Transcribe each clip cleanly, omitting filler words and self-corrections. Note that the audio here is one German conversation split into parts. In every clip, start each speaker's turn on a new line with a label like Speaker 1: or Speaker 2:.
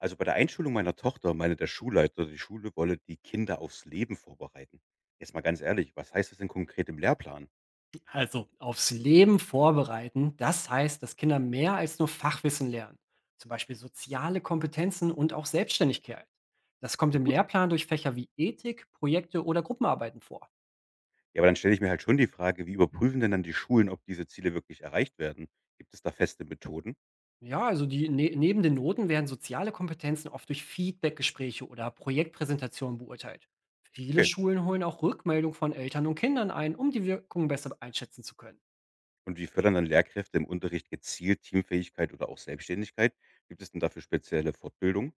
Speaker 1: Also bei der Einschulung meiner Tochter meinte der Schulleiter, die Schule wolle die Kinder aufs Leben vorbereiten. Jetzt mal ganz ehrlich, was heißt das denn konkret im Lehrplan?
Speaker 2: Also aufs Leben vorbereiten, das heißt, dass Kinder mehr als nur Fachwissen lernen, zum Beispiel soziale Kompetenzen und auch Selbstständigkeit. Das kommt
Speaker 1: Klingt
Speaker 2: im
Speaker 1: gut.
Speaker 2: Lehrplan durch Fächer wie Ethik, Projekte oder Gruppenarbeiten vor.
Speaker 1: Ja, aber dann stelle ich mir halt schon die Frage, wie überprüfen denn dann die Schulen, ob diese Ziele wirklich erreicht werden? Gibt es da feste Methoden?
Speaker 2: Ja, also neben den Noten werden soziale Kompetenzen oft durch Feedbackgespräche oder Projektpräsentationen beurteilt. Viele
Speaker 1: Okay.
Speaker 2: Schulen holen auch Rückmeldung von Eltern und Kindern ein, um die Wirkung besser einschätzen zu können.
Speaker 1: Und wie fördern dann Lehrkräfte im Unterricht gezielt Teamfähigkeit oder auch Selbstständigkeit? Gibt es denn dafür spezielle Fortbildung?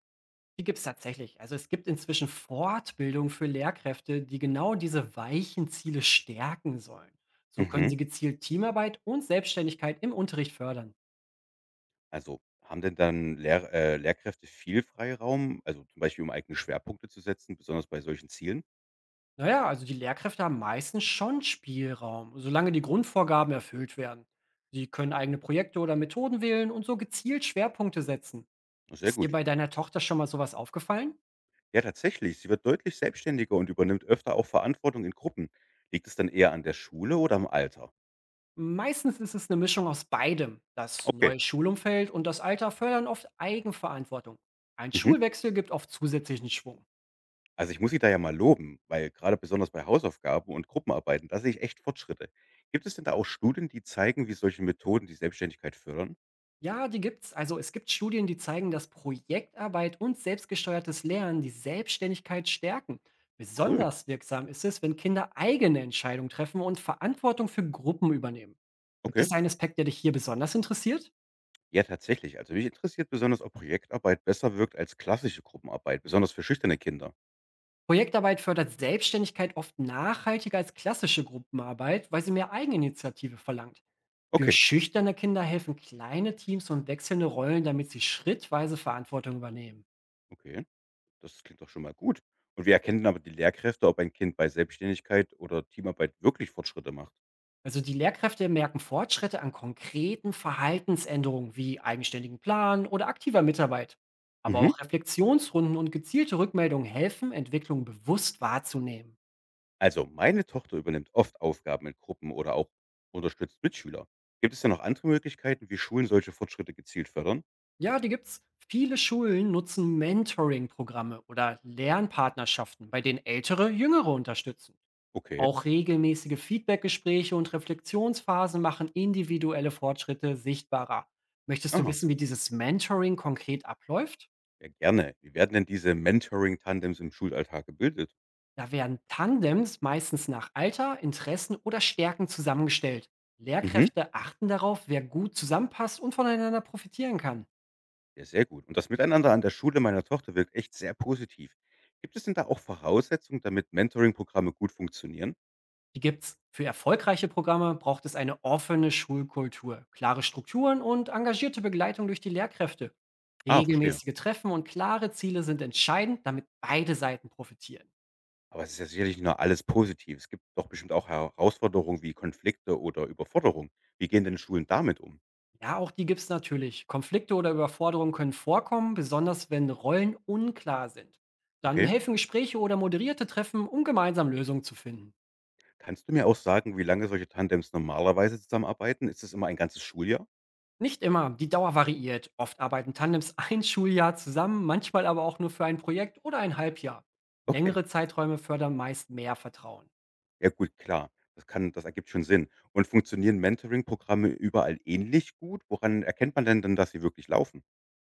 Speaker 2: Die gibt es tatsächlich. Also es gibt inzwischen Fortbildung für Lehrkräfte, die genau diese weichen Ziele stärken sollen. So können
Speaker 1: Mhm.
Speaker 2: sie gezielt Teamarbeit und Selbstständigkeit im Unterricht fördern.
Speaker 1: Also haben denn dann Lehrkräfte viel Freiraum, also zum Beispiel um eigene Schwerpunkte zu setzen, besonders bei solchen Zielen?
Speaker 2: Naja, also die Lehrkräfte haben meistens schon Spielraum, solange die Grundvorgaben erfüllt werden. Sie können eigene Projekte oder Methoden wählen und so gezielt Schwerpunkte setzen.
Speaker 1: Na, sehr
Speaker 2: Ist dir
Speaker 1: gut.
Speaker 2: bei deiner Tochter schon mal sowas aufgefallen?
Speaker 1: Ja, tatsächlich. Sie wird deutlich selbstständiger und übernimmt öfter auch Verantwortung in Gruppen. Liegt es dann eher an der Schule oder am Alter?
Speaker 2: Meistens ist es eine Mischung aus beidem. Das
Speaker 1: Okay.
Speaker 2: neue Schulumfeld und das Alter fördern oft Eigenverantwortung. Ein
Speaker 1: Mhm.
Speaker 2: Schulwechsel gibt oft zusätzlichen Schwung.
Speaker 1: Also ich muss sie da ja mal loben, weil gerade besonders bei Hausaufgaben und Gruppenarbeiten, da sehe ich echt Fortschritte. Gibt es denn da auch Studien, die zeigen, wie solche Methoden die Selbstständigkeit fördern?
Speaker 2: Ja, die gibt's. Also, es gibt Studien, die zeigen, dass Projektarbeit und selbstgesteuertes Lernen die Selbstständigkeit stärken.
Speaker 1: Cool.
Speaker 2: Besonders wirksam ist es, wenn Kinder eigene Entscheidungen treffen und Verantwortung für Gruppen übernehmen. Gibt
Speaker 1: Okay.
Speaker 2: es einen Aspekt, der dich hier besonders interessiert?
Speaker 1: Ja, tatsächlich. Also mich interessiert besonders, ob Projektarbeit besser wirkt als klassische Gruppenarbeit, besonders für schüchterne Kinder.
Speaker 2: Projektarbeit fördert Selbstständigkeit oft nachhaltiger als klassische Gruppenarbeit, weil sie mehr Eigeninitiative verlangt. Für
Speaker 1: Okay.
Speaker 2: schüchterne Kinder helfen kleine Teams und wechselnde Rollen, damit sie schrittweise Verantwortung übernehmen.
Speaker 1: Okay. Das klingt doch schon mal gut. Und wie erkennen aber die Lehrkräfte, ob ein Kind bei Selbstständigkeit oder Teamarbeit wirklich Fortschritte macht?
Speaker 2: Also die Lehrkräfte merken Fortschritte an konkreten Verhaltensänderungen wie eigenständigen Plan oder aktiver Mitarbeit. Aber
Speaker 1: Mhm.
Speaker 2: auch Reflexionsrunden und gezielte Rückmeldungen helfen, Entwicklung bewusst wahrzunehmen.
Speaker 1: Also, meine Tochter übernimmt oft Aufgaben in Gruppen oder auch unterstützt Mitschüler. Gibt es denn noch andere Möglichkeiten, wie Schulen solche Fortschritte gezielt fördern?
Speaker 2: Ja, die gibt's. Viele Schulen nutzen Mentoring-Programme oder Lernpartnerschaften, bei denen Ältere Jüngere unterstützen.
Speaker 1: Okay.
Speaker 2: Auch regelmäßige Feedbackgespräche und Reflexionsphasen machen individuelle Fortschritte sichtbarer. Möchtest du
Speaker 1: Aha.
Speaker 2: wissen, wie dieses Mentoring konkret abläuft?
Speaker 1: Ja, gerne. Wie werden denn diese Mentoring-Tandems im Schulalltag gebildet?
Speaker 2: Da werden Tandems meistens nach Alter, Interessen oder Stärken zusammengestellt.
Speaker 1: Mhm.
Speaker 2: Lehrkräfte achten darauf, wer gut zusammenpasst und voneinander profitieren kann.
Speaker 1: Ja, sehr gut. Und das Miteinander an der Schule meiner Tochter wirkt echt sehr positiv. Gibt es denn da auch Voraussetzungen, damit Mentoring-Programme gut funktionieren?
Speaker 2: Die gibt's. Für erfolgreiche Programme braucht es eine offene Schulkultur, klare Strukturen und engagierte Begleitung durch die Lehrkräfte.
Speaker 1: Ah, verstehe.
Speaker 2: Regelmäßige Treffen und klare Ziele sind entscheidend, damit beide Seiten profitieren.
Speaker 1: Aber es ist ja sicherlich nur alles positiv. Es gibt doch bestimmt auch Herausforderungen wie Konflikte oder Überforderung. Wie gehen denn Schulen damit um?
Speaker 2: Ja, auch die gibt's natürlich. Konflikte oder Überforderungen können vorkommen, besonders wenn Rollen unklar sind. Dann
Speaker 1: Okay.
Speaker 2: helfen Gespräche oder moderierte Treffen, um gemeinsam Lösungen zu finden.
Speaker 1: Kannst du mir auch sagen, wie lange solche Tandems normalerweise zusammenarbeiten? Ist das immer ein ganzes Schuljahr?
Speaker 2: Nicht immer, die Dauer variiert. Oft arbeiten Tandems ein Schuljahr zusammen, manchmal aber auch nur für ein Projekt oder ein Halbjahr.
Speaker 1: Okay.
Speaker 2: Längere Zeiträume fördern meist mehr Vertrauen.
Speaker 1: Ja gut, klar. Das ergibt schon Sinn. Und funktionieren Mentoring-Programme überall ähnlich gut? Woran erkennt man denn dann, dass sie wirklich laufen?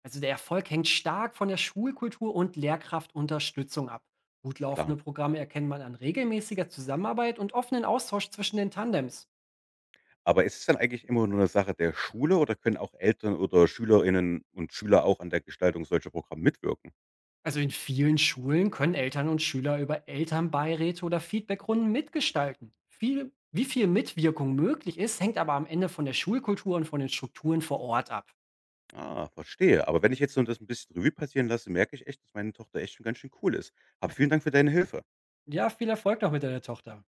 Speaker 2: Also der Erfolg hängt stark von der Schulkultur und Lehrkraftunterstützung ab. Gut
Speaker 1: Klar.
Speaker 2: laufende Programme erkennt man an regelmäßiger Zusammenarbeit und offenen Austausch zwischen den Tandems.
Speaker 1: Aber ist es dann eigentlich immer nur eine Sache der Schule oder können auch Eltern oder Schülerinnen und Schüler auch an der Gestaltung solcher Programme mitwirken?
Speaker 2: Also in vielen Schulen können Eltern und Schüler über Elternbeiräte oder Feedbackrunden mitgestalten. Wie viel Mitwirkung möglich ist, hängt aber am Ende von der Schulkultur und von den Strukturen vor Ort ab.
Speaker 1: Ah, verstehe. Aber wenn ich jetzt so das ein bisschen Revue passieren lasse, merke ich echt, dass meine Tochter echt schon ganz schön cool ist. Hab vielen Dank für deine Hilfe.
Speaker 2: Ja, viel Erfolg noch mit deiner Tochter.